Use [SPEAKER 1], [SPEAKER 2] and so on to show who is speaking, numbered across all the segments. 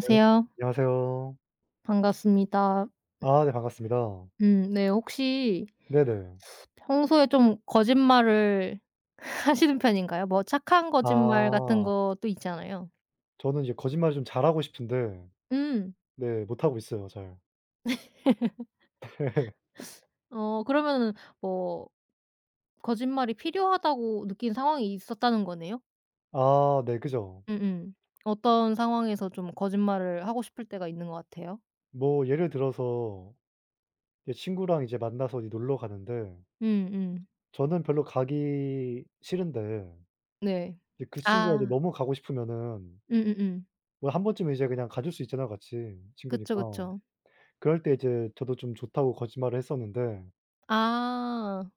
[SPEAKER 1] 네. 안녕하세요.
[SPEAKER 2] 반갑습니다.
[SPEAKER 1] 아 네 반갑습니다.
[SPEAKER 2] 네, 혹시
[SPEAKER 1] 네네.
[SPEAKER 2] 평소에 좀 거짓말을 하시는 편인가요? 뭐 착한 거짓말 같은
[SPEAKER 1] 아
[SPEAKER 2] 것도 있잖아요.
[SPEAKER 1] 저는 이제 거짓말을 좀 잘하고 싶은데
[SPEAKER 2] 음.
[SPEAKER 1] 네 못하고 있어요 잘. 네.
[SPEAKER 2] 그러면은 뭐 거짓말이 필요하다고 느낀 상황이 있었다는 거네요?
[SPEAKER 1] 아 네 그죠.
[SPEAKER 2] 음음. 어떤 상황에서 좀 거짓말을 하고 싶을 때가 있는 것 같아요?
[SPEAKER 1] 뭐 예를 들어서 이제 친구랑 이제 만나서 어디 놀러 가는데
[SPEAKER 2] 음음.
[SPEAKER 1] 저는 별로 가기 싫은데
[SPEAKER 2] 네.
[SPEAKER 1] 이제 그 친구가 이제
[SPEAKER 2] 아.
[SPEAKER 1] 너무 가고 싶으면은
[SPEAKER 2] 음음음.
[SPEAKER 1] 뭐 한 번쯤은 이제 그냥 가줄 수 있잖아요 같이
[SPEAKER 2] 그쵸,
[SPEAKER 1] 친구니까.
[SPEAKER 2] 그쵸.
[SPEAKER 1] 그럴 때 이제 저도 좀 좋다고 거짓말을 했었는데
[SPEAKER 2] 아.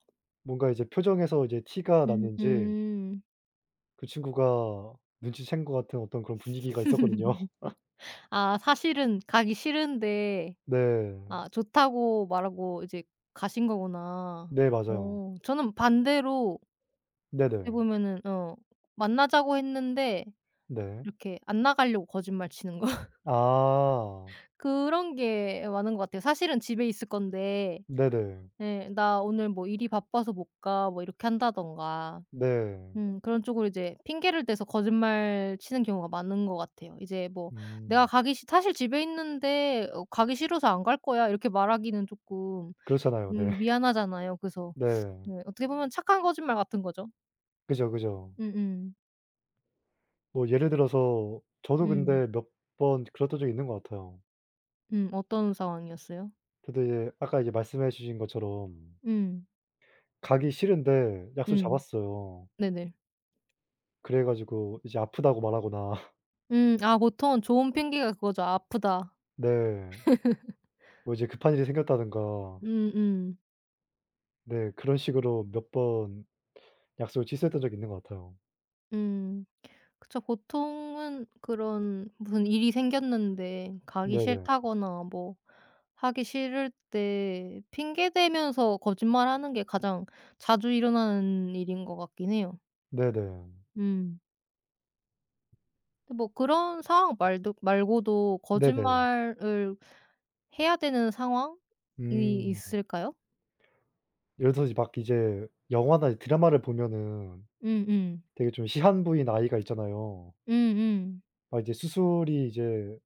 [SPEAKER 1] 뭔가 이제 표정에서 이제 티가 났는지
[SPEAKER 2] 음음.
[SPEAKER 1] 그 친구가 눈치챈 것 같은 어떤 그런 분위기가 있었거든요.
[SPEAKER 2] 아, 사실은 가기 싫은데
[SPEAKER 1] 네.
[SPEAKER 2] 아 좋다고 말하고 이제 가신 거구나.
[SPEAKER 1] 네 맞아요.
[SPEAKER 2] 저는 반대로 어떻게
[SPEAKER 1] 네네.
[SPEAKER 2] 보면은 만나자고 했는데
[SPEAKER 1] 네.
[SPEAKER 2] 이렇게 안 나가려고 거짓말 치는 거
[SPEAKER 1] 아.
[SPEAKER 2] 그런 게 많은 것 같아요. 사실은 집에 있을 건데
[SPEAKER 1] 네네.
[SPEAKER 2] 예, '나 오늘 뭐 일이 바빠서 못 가.' 뭐 이렇게 한다던가
[SPEAKER 1] 네.
[SPEAKER 2] 그런 쪽으로 이제 핑계를 대서 거짓말 치는 경우가 많은 것 같아요. 이제 뭐 "내가
[SPEAKER 1] 음.
[SPEAKER 2] 가기 싫 사실 집에 있는데 가기 싫어서 안 갈 거야." 이렇게 말하기는 조금
[SPEAKER 1] 그렇잖아요. 네.
[SPEAKER 2] 미안하잖아요. 그래서
[SPEAKER 1] 네.
[SPEAKER 2] 네, 어떻게 보면 착한 거짓말 같은 거죠.
[SPEAKER 1] 그죠, 그죠.
[SPEAKER 2] 음. 음.
[SPEAKER 1] 뭐 예를 들어서 저도
[SPEAKER 2] 음.
[SPEAKER 1] 근데 몇 번 그랬던 적이 있는 것 같아요.
[SPEAKER 2] 어떤 상황이었어요?
[SPEAKER 1] 저도 이제 아까 이제 말씀해 주신 것처럼
[SPEAKER 2] 음.
[SPEAKER 1] 가기 싫은데 약속
[SPEAKER 2] 음.
[SPEAKER 1] 잡았어요.
[SPEAKER 2] 네네.
[SPEAKER 1] 그래 가지고 이제 아프다고 말하거나
[SPEAKER 2] 아, 보통 좋은 핑계가 그거죠. "아, 아프다."
[SPEAKER 1] 네 뭐 이제 급한 일이 생겼다든가
[SPEAKER 2] 음음.
[SPEAKER 1] 네 그런 식으로 몇번 약속을 취소했던 적이 있는 것 같아요.
[SPEAKER 2] 음. 그쵸. 보통은 그런 무슨 일이 생겼는데 가기
[SPEAKER 1] 네네.
[SPEAKER 2] 싫다거나 뭐 하기 싫을 때 핑계 대면서 거짓말하는 게 가장 자주 일어나는 일인 것 같긴 해요.
[SPEAKER 1] 네네.
[SPEAKER 2] 음. 근데 뭐 그런 상황 말도 말고도
[SPEAKER 1] 네네.
[SPEAKER 2] 거짓말을 해야 되는 상황이
[SPEAKER 1] 음.
[SPEAKER 2] 있을까요?
[SPEAKER 1] 예를 들어서 막 이제 영화나 드라마를 보면은
[SPEAKER 2] 음음.
[SPEAKER 1] 되게 좀 시한부인 아이가 있잖아요.
[SPEAKER 2] 음음.
[SPEAKER 1] 막 이제 수술이 이제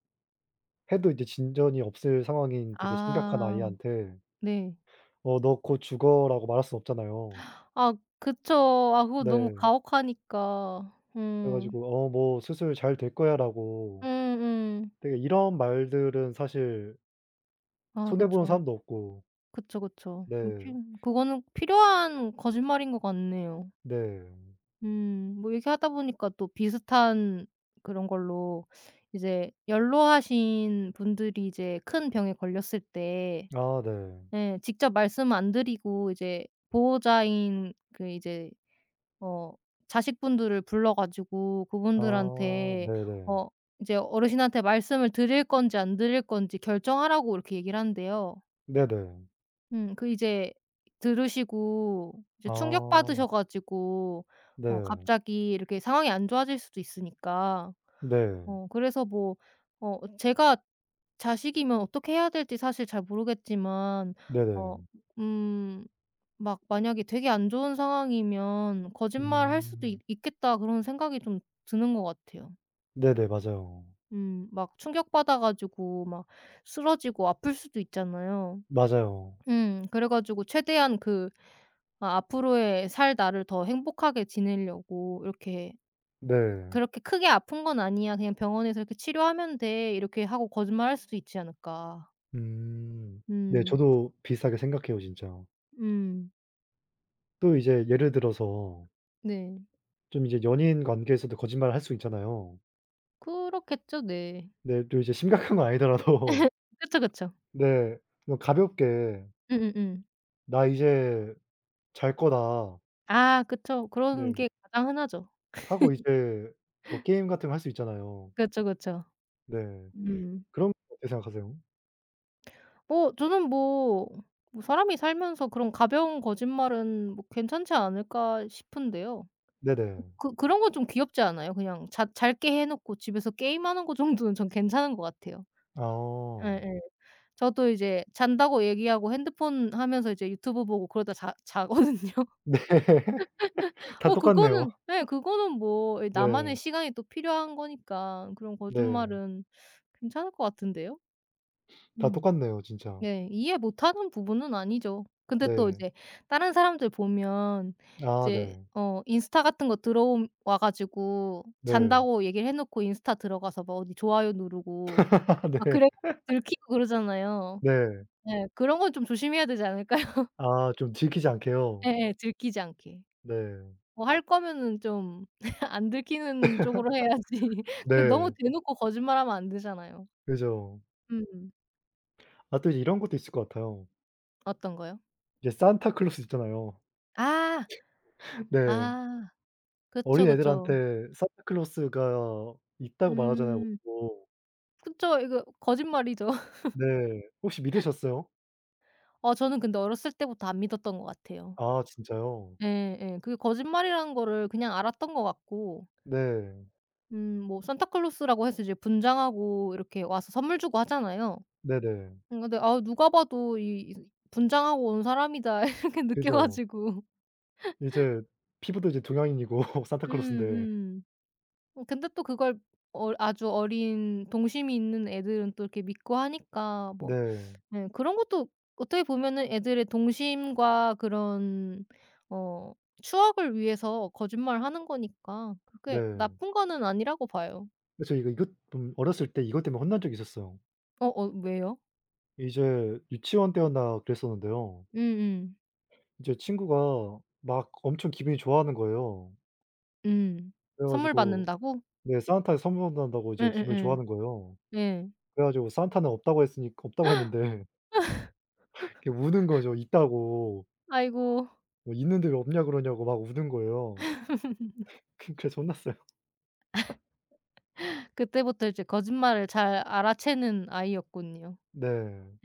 [SPEAKER 1] 해도 이제 진전이 없을 상황인 되게 심각한
[SPEAKER 2] 아,
[SPEAKER 1] 아이한테
[SPEAKER 2] 네.
[SPEAKER 1] "어 너 곧 죽어."라고 말할 순 없잖아요.
[SPEAKER 2] 아 그쵸. 아 그건 너무
[SPEAKER 1] 네.
[SPEAKER 2] 가혹하니까.
[SPEAKER 1] 그래
[SPEAKER 2] 음.
[SPEAKER 1] 가지고 "어 뭐 수술 잘 될 거야."라고
[SPEAKER 2] 음음.
[SPEAKER 1] 되게 이런 말들은 사실
[SPEAKER 2] 아
[SPEAKER 1] 손해 보는
[SPEAKER 2] 그쵸.
[SPEAKER 1] 사람도 없고
[SPEAKER 2] 그쵸, 그쵸. 필
[SPEAKER 1] 네.
[SPEAKER 2] 그거는 필요한 거짓말인 것 같네요.
[SPEAKER 1] 네.
[SPEAKER 2] 뭐 얘기하다 보니까 또 비슷한 그런 걸로 이제 연로하신 분들이 이제 큰 병에 걸렸을 때
[SPEAKER 1] 아 네.
[SPEAKER 2] 예 직접 말씀 안 드리고 이제 보호자인 그 이제 어 자식분들을 불러 가지고
[SPEAKER 1] 아
[SPEAKER 2] 그분들한테
[SPEAKER 1] 네네.
[SPEAKER 2] 어 이제 어르신한테 말씀을 드릴 건지 안 드릴 건지 결정하라고 이렇게 얘기를 한대요.
[SPEAKER 1] 네네.
[SPEAKER 2] 그 이제 들으시고 이제 충격받으셔
[SPEAKER 1] 아
[SPEAKER 2] 가지고
[SPEAKER 1] 네.
[SPEAKER 2] 갑자기 이렇게 상황이 안 좋아질 수도 있으니까.
[SPEAKER 1] 네.
[SPEAKER 2] 그래서 뭐 제가 자식이면 어떻게 해야 될지 사실 잘 모르겠지만 어
[SPEAKER 1] 네네.
[SPEAKER 2] 음 막 만약에 되게 안 좋은 상황이면 '거짓말할 수도 있
[SPEAKER 1] 음.
[SPEAKER 2] 있겠다.' 그런 생각이 좀 드는 것 같아요.
[SPEAKER 1] 네네. 맞아요.
[SPEAKER 2] 막 충격받아 가지고 막 쓰러지고 아플 수도 있잖아요.
[SPEAKER 1] 맞아요.
[SPEAKER 2] 그래 가지고 최대한 그 아 앞으로의 살 나를 더 행복하게 지내려고 이렇게
[SPEAKER 1] 네.
[SPEAKER 2] '그렇게 크게 아픈 건 아니야. 그냥 병원에서 이렇게 치료하면 돼.' 이렇게 하고 거짓말할 수도 있지 않을까.
[SPEAKER 1] 음. 네
[SPEAKER 2] 음.
[SPEAKER 1] 저도 비슷하게 생각해요 진짜.
[SPEAKER 2] 음.
[SPEAKER 1] 또 이제 예를 들어서
[SPEAKER 2] 네.
[SPEAKER 1] 좀 이제 연인 관계에서도 거짓말을 할 수 있잖아요.
[SPEAKER 2] 그렇겠죠. 네.
[SPEAKER 1] 네 또 이제 심각한 건 아니더라도
[SPEAKER 2] 그쵸, 그쵸.
[SPEAKER 1] 네 그냥 가볍게
[SPEAKER 2] 음음음.
[SPEAKER 1] "나 이제 잘 거다."
[SPEAKER 2] 아 그쵸. 그런
[SPEAKER 1] 네
[SPEAKER 2] 게 가장 흔하죠.
[SPEAKER 1] 하고 이제 뭐 게임 같은 거 할 수 있잖아요.
[SPEAKER 2] 그쵸, 그쵸.
[SPEAKER 1] 네.
[SPEAKER 2] 음.
[SPEAKER 1] 그런 거 어떻게 생각하세요?
[SPEAKER 2] 뭐 저는 뭐 '사람이 살면서 그런 가벼운 거짓말은 뭐 괜찮지 않을까?' 싶은데요.
[SPEAKER 1] 네네.
[SPEAKER 2] 그런 건 좀 귀엽지 않아요? 그냥 자 잘게 해 놓고 집에서 게임하는 거 정도는 전 괜찮은 것 같아요. 예예.
[SPEAKER 1] 아.
[SPEAKER 2] 저도 이제 잔다고 얘기하고 핸드폰 하면서 이제 유튜브 보고 그러다 자 자거든요.
[SPEAKER 1] 네. 다 똑같네요.
[SPEAKER 2] 그거는 예, 그거는 뭐 예, 나만의
[SPEAKER 1] 네.
[SPEAKER 2] 시간이 또 필요한 거니까 그런
[SPEAKER 1] 네.
[SPEAKER 2] 거짓말은 괜찮을 것 같은데요?
[SPEAKER 1] 다
[SPEAKER 2] 음.
[SPEAKER 1] 똑같네요 진짜.
[SPEAKER 2] 네. 이해 못하는 부분은 아니죠. 근데 또
[SPEAKER 1] 네.
[SPEAKER 2] 이제 다른 사람들 보면
[SPEAKER 1] 아
[SPEAKER 2] 이제
[SPEAKER 1] 네.
[SPEAKER 2] 인스타 같은 거 들어옴 와 가지고
[SPEAKER 1] 네.
[SPEAKER 2] 잔다고 얘기를 해 놓고 인스타 들어가서 막 어디 좋아요 누르고
[SPEAKER 1] 아
[SPEAKER 2] 막
[SPEAKER 1] 네.
[SPEAKER 2] 그래 가지고 들키고 그러잖아요.
[SPEAKER 1] 네.
[SPEAKER 2] 예. 그런 건 좀 조심해야 되지 않을까요?
[SPEAKER 1] 아 좀 들키지 않게요.
[SPEAKER 2] 예예. 들키지 않게.
[SPEAKER 1] 네.
[SPEAKER 2] 뭐 할 거면은 좀 안 들키는 쪽으로 해야지. 너무
[SPEAKER 1] 네.
[SPEAKER 2] 대놓고 거짓말하면 안 되잖아요.
[SPEAKER 1] 그죠.
[SPEAKER 2] 음.
[SPEAKER 1] 아 또 이런 것도 있을 것 같아요.
[SPEAKER 2] 어떤 거요?
[SPEAKER 1] 이제 산타클로스 있잖아요.
[SPEAKER 2] 아.
[SPEAKER 1] 네.
[SPEAKER 2] 아. 그쵸, 그쵸.
[SPEAKER 1] 어린애들한테 산타클로스가 있다고 말하잖아요
[SPEAKER 2] 음.
[SPEAKER 1] 보통.
[SPEAKER 2] 그쵸. 이거 거짓말이죠.
[SPEAKER 1] 네. 혹시 믿으셨어요?
[SPEAKER 2] 아 저는 근데 어렸을 때부터 안 믿었던 것 같아요.
[SPEAKER 1] 아 진짜요?
[SPEAKER 2] 예예. 그게 거짓말이라는 거를 그냥 알았던 것 같고
[SPEAKER 1] 네.
[SPEAKER 2] 뭐 산타클로스라고 해서 이제 분장하고 이렇게 와서 선물 주고 하잖아요.
[SPEAKER 1] 네네.
[SPEAKER 2] 근데 아 누가 봐도 이 분장하고 온 사람이다 이렇게 느껴
[SPEAKER 1] 그죠.
[SPEAKER 2] 가지고
[SPEAKER 1] 이제 피부도 이제 동양인이고 산타클로스인데.
[SPEAKER 2] 음음. 근데 또 그걸 아주 어린 동심이 있는 애들은 또 이렇게 믿고 하니까 뭐
[SPEAKER 1] 네.
[SPEAKER 2] 네. 그런 것도 어떻게 보면은 애들의 동심과 그런 어 추억을 위해서 거짓말하는 거니까 그렇게
[SPEAKER 1] 네.
[SPEAKER 2] 나쁜 거는 아니라고 봐요.
[SPEAKER 1] 그래서 이거 이것 좀 어렸을 때 이것 때문에 혼난 적이 있었어요.
[SPEAKER 2] 어어, 왜요?
[SPEAKER 1] 이제 유치원 때였나 그랬었는데요.
[SPEAKER 2] 음음. 음.
[SPEAKER 1] 이제 친구가 막 엄청 기분이 좋아하는 거예요.
[SPEAKER 2] 음.
[SPEAKER 1] 그래
[SPEAKER 2] 선물
[SPEAKER 1] 가지고
[SPEAKER 2] 받는다고?
[SPEAKER 1] 네 산타에 선물 온다고 이제 기분이
[SPEAKER 2] 응응응.
[SPEAKER 1] 좋아하는 거예요.
[SPEAKER 2] 예.
[SPEAKER 1] 그래 가지고 산타는 없다고 했으니 없다고 했는데 이렇게 우는 거죠. 있다고.
[SPEAKER 2] 아이고.
[SPEAKER 1] 뭐 "있는데 왜 없냐 그러냐."고 막 우는 거예요. 그래서 혼났어요.
[SPEAKER 2] 그때부터 이제 거짓말을 잘 알아채는 아이였군요.
[SPEAKER 1] 네.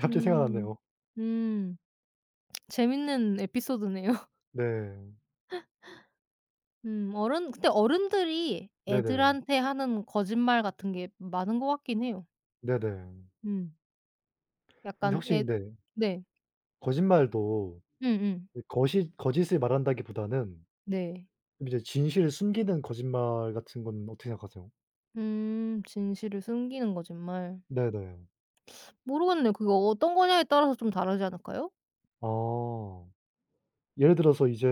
[SPEAKER 1] 갑자기
[SPEAKER 2] 음.
[SPEAKER 1] 생각났네요.
[SPEAKER 2] 음. 재밌는 에피소드네요.
[SPEAKER 1] 네.
[SPEAKER 2] 어른 근데 어른들이
[SPEAKER 1] 네네.
[SPEAKER 2] 애들한테 하는 거짓말 같은 게 많은 것 같긴 해요.
[SPEAKER 1] 네네.
[SPEAKER 2] 음.
[SPEAKER 1] 근데
[SPEAKER 2] 약간
[SPEAKER 1] 혹시
[SPEAKER 2] 애
[SPEAKER 1] 네
[SPEAKER 2] 네.
[SPEAKER 1] 거짓말도
[SPEAKER 2] 음음.
[SPEAKER 1] 네, 거짓을 말한다기보다는
[SPEAKER 2] 네.
[SPEAKER 1] 좀 이제 진실을 숨기는 거짓말 같은 건 어떻게 생각하세요?
[SPEAKER 2] 음. 진실을 숨기는 거짓말.
[SPEAKER 1] 네네.
[SPEAKER 2] 모르겠네요. 그게 어떤 거냐에 따라서 좀 다르지 않을까요?
[SPEAKER 1] 아. 예를 들어서 이제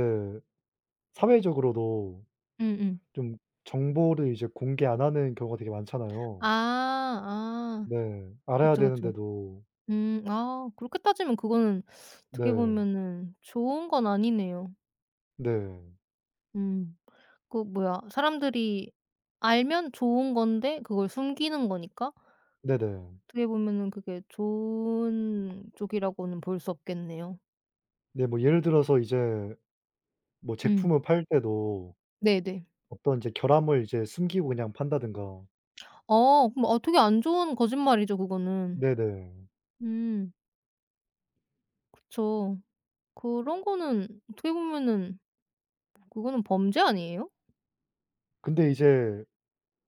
[SPEAKER 1] 사회적으로도
[SPEAKER 2] 음음.
[SPEAKER 1] 좀 정보를 이제 공개 안 하는 경우가 되게 많잖아요.
[SPEAKER 2] 아. 아.
[SPEAKER 1] 네. 알아야
[SPEAKER 2] 그쵸, 그쵸.
[SPEAKER 1] 되는데도
[SPEAKER 2] 음. 아 그렇게 따지면 그거는 어떻게
[SPEAKER 1] 네.
[SPEAKER 2] 보면은 좋은 건 아니네요.
[SPEAKER 1] 네.
[SPEAKER 2] 음. 그 뭐야, 사람들이 알면 좋은 건데 그걸 숨기는 거니까
[SPEAKER 1] 네네.
[SPEAKER 2] 어떻게 보면은 그게 좋은 쪽이라고는 볼 수 없겠네요.
[SPEAKER 1] 네 뭐 예를 들어서 이제 뭐
[SPEAKER 2] 음.
[SPEAKER 1] 제품을 팔 때도
[SPEAKER 2] 네네.
[SPEAKER 1] 어떤 이제 결함을 이제 숨기고 그냥 판다든가.
[SPEAKER 2] 그럼 되게 안 좋은 거짓말이죠 그거는.
[SPEAKER 1] 네네.
[SPEAKER 2] 음 그쵸. 그런 거는 어떻게 보면은 그거는 범죄 아니에요?
[SPEAKER 1] 근데 이제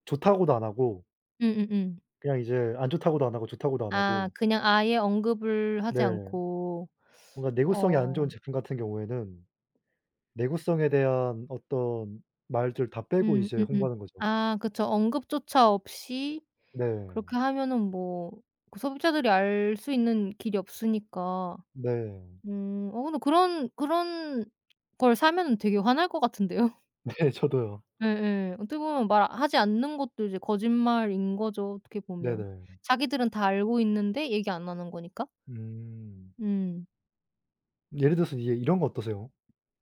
[SPEAKER 1] 좋다고도 안 하고
[SPEAKER 2] 음음음.
[SPEAKER 1] 그냥 이제 안 좋다고도 안 하고 좋다고도 안
[SPEAKER 2] 아
[SPEAKER 1] 하고
[SPEAKER 2] 그냥 아예 언급을 하지
[SPEAKER 1] 네.
[SPEAKER 2] 않고
[SPEAKER 1] 뭔가 내구성이 안 좋은
[SPEAKER 2] 어.
[SPEAKER 1] 제품 같은 경우에는 내구성에 대한 어떤 말들 다 빼고
[SPEAKER 2] 음.
[SPEAKER 1] 이제
[SPEAKER 2] 음음.
[SPEAKER 1] 홍보하는 거죠.
[SPEAKER 2] 아 그쵸. 언급조차 없이
[SPEAKER 1] 네.
[SPEAKER 2] 그렇게 하면은 뭐 그 소비자들이 알 수 있는 길이 없으니까.
[SPEAKER 1] 네.
[SPEAKER 2] 근데 그런 걸 사면은 되게 화날 것 같은데요.
[SPEAKER 1] 네 저도요.
[SPEAKER 2] 예예. 어떻게 보면 말하지 않는 것도 이제 거짓말인 거죠, 어떻게 보면.
[SPEAKER 1] 네네.
[SPEAKER 2] 자기들은 다 알고 있는데 얘기 안 하는 거니까.
[SPEAKER 1] 음.
[SPEAKER 2] 음.
[SPEAKER 1] 예를 들어서 이제 이런 거 어떠세요?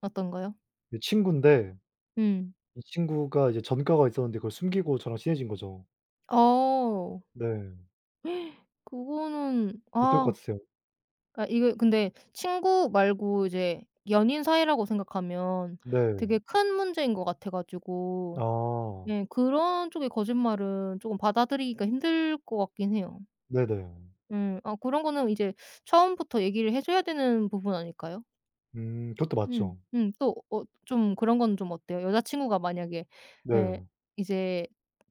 [SPEAKER 2] 어떤가요?
[SPEAKER 1] 이 친구인데
[SPEAKER 2] 음.
[SPEAKER 1] 이 친구가 이제 전과가 있었는데 그걸 숨기고 저랑 친해진 거죠.
[SPEAKER 2] 어.
[SPEAKER 1] 네.
[SPEAKER 2] 그거는
[SPEAKER 1] 어떨 것
[SPEAKER 2] 아,
[SPEAKER 1] 같으세요?
[SPEAKER 2] 그러니까 이게 근데 친구 말고 이제 연인 사이라고 생각하면
[SPEAKER 1] 네.
[SPEAKER 2] 되게 큰 문제인 것 같아 가지고
[SPEAKER 1] 아.
[SPEAKER 2] 예, 그런 쪽의 거짓말은 쪼금 받아들이기가 힘들 것 같긴 해요.
[SPEAKER 1] 네네.
[SPEAKER 2] 음. 아 그런 거는 이제 처음부터 얘기를 해 줘야 되는 부분 아닐까요?
[SPEAKER 1] 그것도
[SPEAKER 2] 음.
[SPEAKER 1] 맞죠.
[SPEAKER 2] 음. 또 좀 그런 건 좀 어때요? 여자친구가 만약에 예
[SPEAKER 1] 네.
[SPEAKER 2] 이제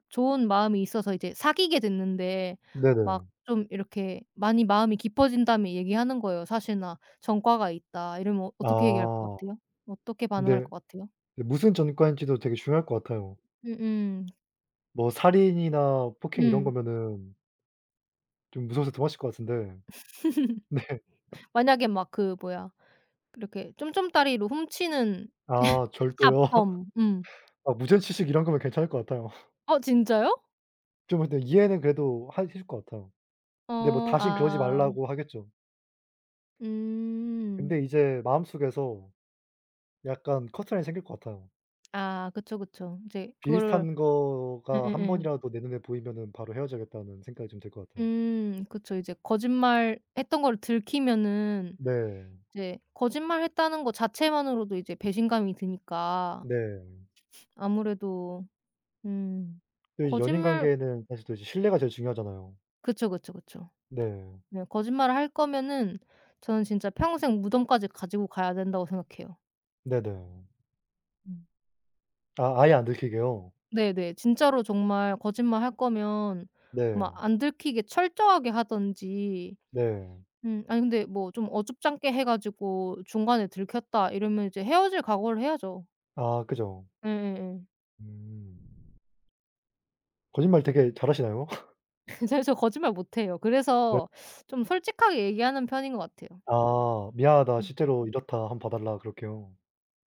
[SPEAKER 2] 좋은 마음이 있어서 이제 사귀게 됐는데 막
[SPEAKER 1] 네네.
[SPEAKER 2] 좀 이렇게 많이 마음이 깊어진 다음에 얘기하는 거예요. "사실 나 전과가 있다." 이러면 어떻게 얘기할 것
[SPEAKER 1] 아.
[SPEAKER 2] 같아요? 어떻게 반응할
[SPEAKER 1] 근데
[SPEAKER 2] 것 같아요?
[SPEAKER 1] 네 무슨 전과인지도 되게 중요할 것 같아요.
[SPEAKER 2] 음음.
[SPEAKER 1] 뭐 살인이나 폭행 이런
[SPEAKER 2] 음.
[SPEAKER 1] 거면은 좀 무서워서 도망칠 것 같은데 네.
[SPEAKER 2] 만약에 막 그 뭐야, 이렇게 쫌쫌따리로 훔치는
[SPEAKER 1] 아 절도요?
[SPEAKER 2] 자범. 음.
[SPEAKER 1] 아 무전취식 이런 거면 괜찮을 것 같아요.
[SPEAKER 2] 어, 진짜요?
[SPEAKER 1] 좀 근데 이해는 그래도 하 해줄 것 같아요. 근데 뭐
[SPEAKER 2] 어.
[SPEAKER 1] 다신 그러지
[SPEAKER 2] 아.
[SPEAKER 1] 말라고 하겠죠.
[SPEAKER 2] 음.
[SPEAKER 1] 근데 이제 마음속에서 약간 커트라인이 생길 것 같아요.
[SPEAKER 2] 아 그쵸, 그쵸. 이제 그거를
[SPEAKER 1] 비슷한 거가 한
[SPEAKER 2] 예예예.
[SPEAKER 1] 번이라도 내 눈에 보이면은 바로 헤어져야겠다는 생각이 좀 들 것 같아요.
[SPEAKER 2] 그쵸. 이제 거짓말했던 거를 들키면은
[SPEAKER 1] 네.
[SPEAKER 2] 이제 거짓말했다는 거 자체만으로도 이제 배신감이 드니까
[SPEAKER 1] 네.
[SPEAKER 2] 아무래도. 음
[SPEAKER 1] 또 이 연인
[SPEAKER 2] 거짓말
[SPEAKER 1] 관계에는 사실 또 이제 신뢰가 제일 중요하잖아요.
[SPEAKER 2] 그쵸, 그쵸, 그쵸.
[SPEAKER 1] 네.
[SPEAKER 2] 네, 거짓말을 할 거면은 저는 진짜 평생 무덤까지 가지고 가야 된다고 생각해요.
[SPEAKER 1] 네네.
[SPEAKER 2] 음.
[SPEAKER 1] 아 아예 안 들키게요?
[SPEAKER 2] 네네. 진짜로 정말 거짓말 할 거면 정말
[SPEAKER 1] 네.
[SPEAKER 2] 안 들키게 철저하게 하든지.
[SPEAKER 1] 네.
[SPEAKER 2] 음. 아니 근데 뭐 좀 어줍잖게 해 가지고 "중간에 들켰다." 이러면 이제 헤어질 각오를 해야죠.
[SPEAKER 1] 아 그죠.
[SPEAKER 2] 예예예.
[SPEAKER 1] 음. 거짓말 되게 잘하시나요?
[SPEAKER 2] 사실 저 거짓말 못 해요.
[SPEAKER 1] 네.
[SPEAKER 2] 그래서 좀 솔직하게 얘기하는 편인 것 같아요.
[SPEAKER 1] 아 "미안하다.
[SPEAKER 2] 음.
[SPEAKER 1] 실제로 이렇다. 한번 봐 달라." 그렇게요.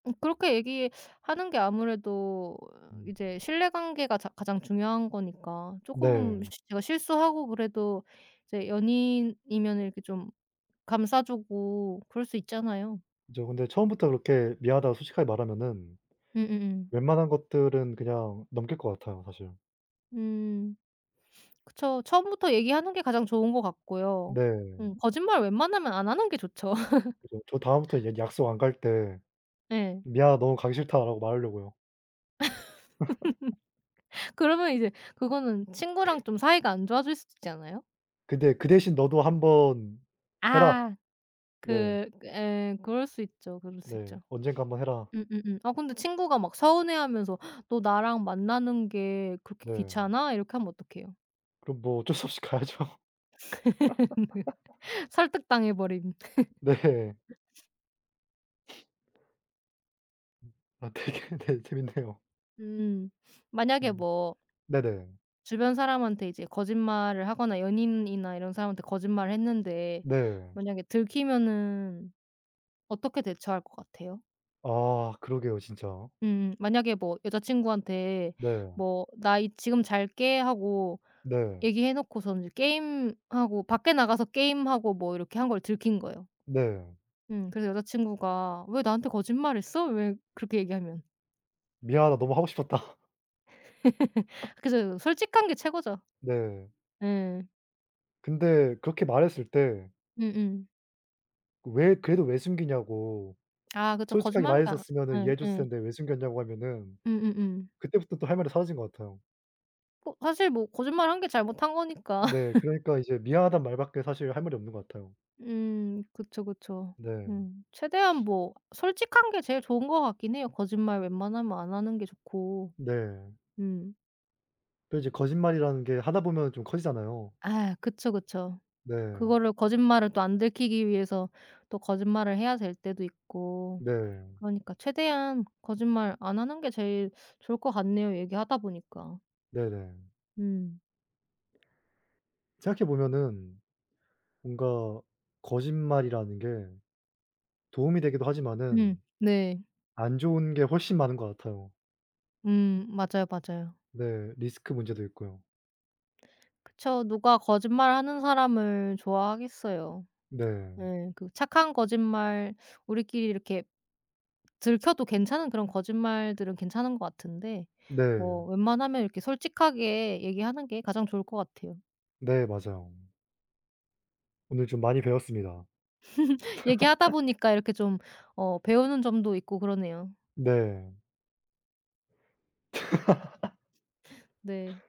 [SPEAKER 2] 그렇게 얘기하는 게 아무래도
[SPEAKER 1] 음.
[SPEAKER 2] 이제 신뢰관계가 자 가장 중요한 거니까
[SPEAKER 1] 네.
[SPEAKER 2] 쪼끔 시 제가 실수하고 그래도 이제 연인이면은 이렇게 좀 감싸 주고 그럴 수 있잖아요.
[SPEAKER 1] 그죠. 근데 처음부터 그렇게 미안하다고 솔직하게 말하면은
[SPEAKER 2] 음.
[SPEAKER 1] 웬만한 것들은 그냥 넘길 것 같아요 사실.
[SPEAKER 2] 음. 음. 그쵸. 처음부터 얘기하는 게 가장 좋은 것 같고요.
[SPEAKER 1] 네.
[SPEAKER 2] 거짓말 웬만하면 안 하는 게 좋죠.
[SPEAKER 1] 그죠. 저 다음부터 이제 약속 안 갈 때
[SPEAKER 2] 예.
[SPEAKER 1] "미안하다. 너무 가기 싫다."라고 말하려고요.
[SPEAKER 2] 그러면 이제 그거는 친구랑 좀 사이가 안 좋아질 수도 있지 않아요?
[SPEAKER 1] 근데 "그 대신 너도 한번 해라."
[SPEAKER 2] 아
[SPEAKER 1] 네.
[SPEAKER 2] 예, 그럴 수 있죠. 그럴 수
[SPEAKER 1] 네.
[SPEAKER 2] 있죠.
[SPEAKER 1] "언젠가 한번 해라."
[SPEAKER 2] 아 근데 친구가 막 서운해하면서 "너 나랑 만나는 게 그렇게
[SPEAKER 1] 네.
[SPEAKER 2] 귀찮아?" 이렇게 하면 어떡해요.
[SPEAKER 1] 그럼 뭐 어쩔 수 없이 가야죠.
[SPEAKER 2] 설득당해 버림.
[SPEAKER 1] 네. 아 되게 네 재밌네요.
[SPEAKER 2] 음. 만약에
[SPEAKER 1] 음.
[SPEAKER 2] 뭐
[SPEAKER 1] 네네.
[SPEAKER 2] 주변 사람한테 이제 거짓말을 하거나 연인이나 이런 사람한테 거짓말을 했는데
[SPEAKER 1] 네.
[SPEAKER 2] 만약에 들키면은 어떻게 대처할 것 같아요?
[SPEAKER 1] 아 그러게요 진짜.
[SPEAKER 2] 만약에 뭐 여자친구한테
[SPEAKER 1] 네.
[SPEAKER 2] 뭐 "나 지금 잘게." 하고
[SPEAKER 1] 네.
[SPEAKER 2] 얘기해 놓고서 이제 게임하고 밖에 나가서 게임하고 뭐 이렇게 한 걸 들킨 거예요.
[SPEAKER 1] 네.
[SPEAKER 2] 그래서 여자친구가 "왜 나한테 거짓말했어?" 왜 그렇게 얘기하면.
[SPEAKER 1] "미안하다. 너무 하고 싶었다."
[SPEAKER 2] 그래서 솔직한 게 최고죠.
[SPEAKER 1] 네.
[SPEAKER 2] 예.
[SPEAKER 1] 근데 그렇게 말했을 때
[SPEAKER 2] 음음.
[SPEAKER 1] 왜 그래도 왜 숨기냐고
[SPEAKER 2] 아 그쵸.
[SPEAKER 1] 솔직하게
[SPEAKER 2] 거짓말한 게 아,
[SPEAKER 1] 말했었으면은 이해해 줬을
[SPEAKER 2] 예예.
[SPEAKER 1] 텐데 왜 숨겼냐고 하면은
[SPEAKER 2] 음음음.
[SPEAKER 1] 그때부터 또 할 말이 사라진 것 같아요.
[SPEAKER 2] 뭐 사실 뭐 거짓말한 게 잘못한 거니까.
[SPEAKER 1] 네. 그러니까 이제 미안하다는 말밖에 사실 할 말이 없는 것 같아요.
[SPEAKER 2] 그쵸, 그쵸.
[SPEAKER 1] 네.
[SPEAKER 2] 최대한 뭐 솔직한 게 제일 좋은 것 같긴 해요. 거짓말 웬만하면 안 하는 게 좋고.
[SPEAKER 1] 네.
[SPEAKER 2] 음.
[SPEAKER 1] 또 이제 거짓말이라는 게 하다 보면은 좀 커지잖아요.
[SPEAKER 2] 아 그쵸, 그쵸.
[SPEAKER 1] 네.
[SPEAKER 2] 그거를 거짓말을 또 안 들키기 위해서 또 거짓말을 해야 될 때도 있고.
[SPEAKER 1] 네.
[SPEAKER 2] 그러니까 최대한 거짓말 안 하는 게 제일 좋을 것 같네요, 얘기하다 보니까.
[SPEAKER 1] 네네.
[SPEAKER 2] 음.
[SPEAKER 1] 생각해 보면은 뭔가 거짓말이라는 게 도움이 되기도 하지만은
[SPEAKER 2] 네.
[SPEAKER 1] 안 좋은 게 훨씬 많은 것 같아요.
[SPEAKER 2] 맞아요, 맞아요.
[SPEAKER 1] 네. 리스크 문제도 있고요.
[SPEAKER 2] 그쵸. 누가 거짓말하는 사람을 좋아하겠어요.
[SPEAKER 1] 네.
[SPEAKER 2] 네. 그 착한 거짓말 우리끼리 이렇게 들켜도 괜찮은 그런 거짓말들은 괜찮은 것 같은데
[SPEAKER 1] 네.
[SPEAKER 2] 뭐 웬만하면 이렇게 솔직하게 얘기하는 게 가장 좋을 것 같아요.
[SPEAKER 1] 네. 맞아요. 오늘 좀 많이 배웠습니다.
[SPEAKER 2] 얘기하다 보니까 이렇게 좀 배우는 점도 있고 그러네요.
[SPEAKER 1] 네.
[SPEAKER 2] 네.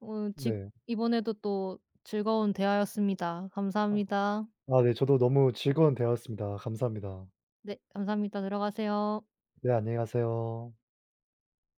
[SPEAKER 2] 오늘 지
[SPEAKER 1] 네.
[SPEAKER 2] 이번에도 또 즐거운 대화였습니다.
[SPEAKER 1] 아
[SPEAKER 2] 감사합니다.
[SPEAKER 1] 아 네. 저도 너무 즐거운 대화였습니다. 감사합니다.
[SPEAKER 2] 네. 감사합니다. 들어가세요.
[SPEAKER 1] 네. 안녕히 가세요.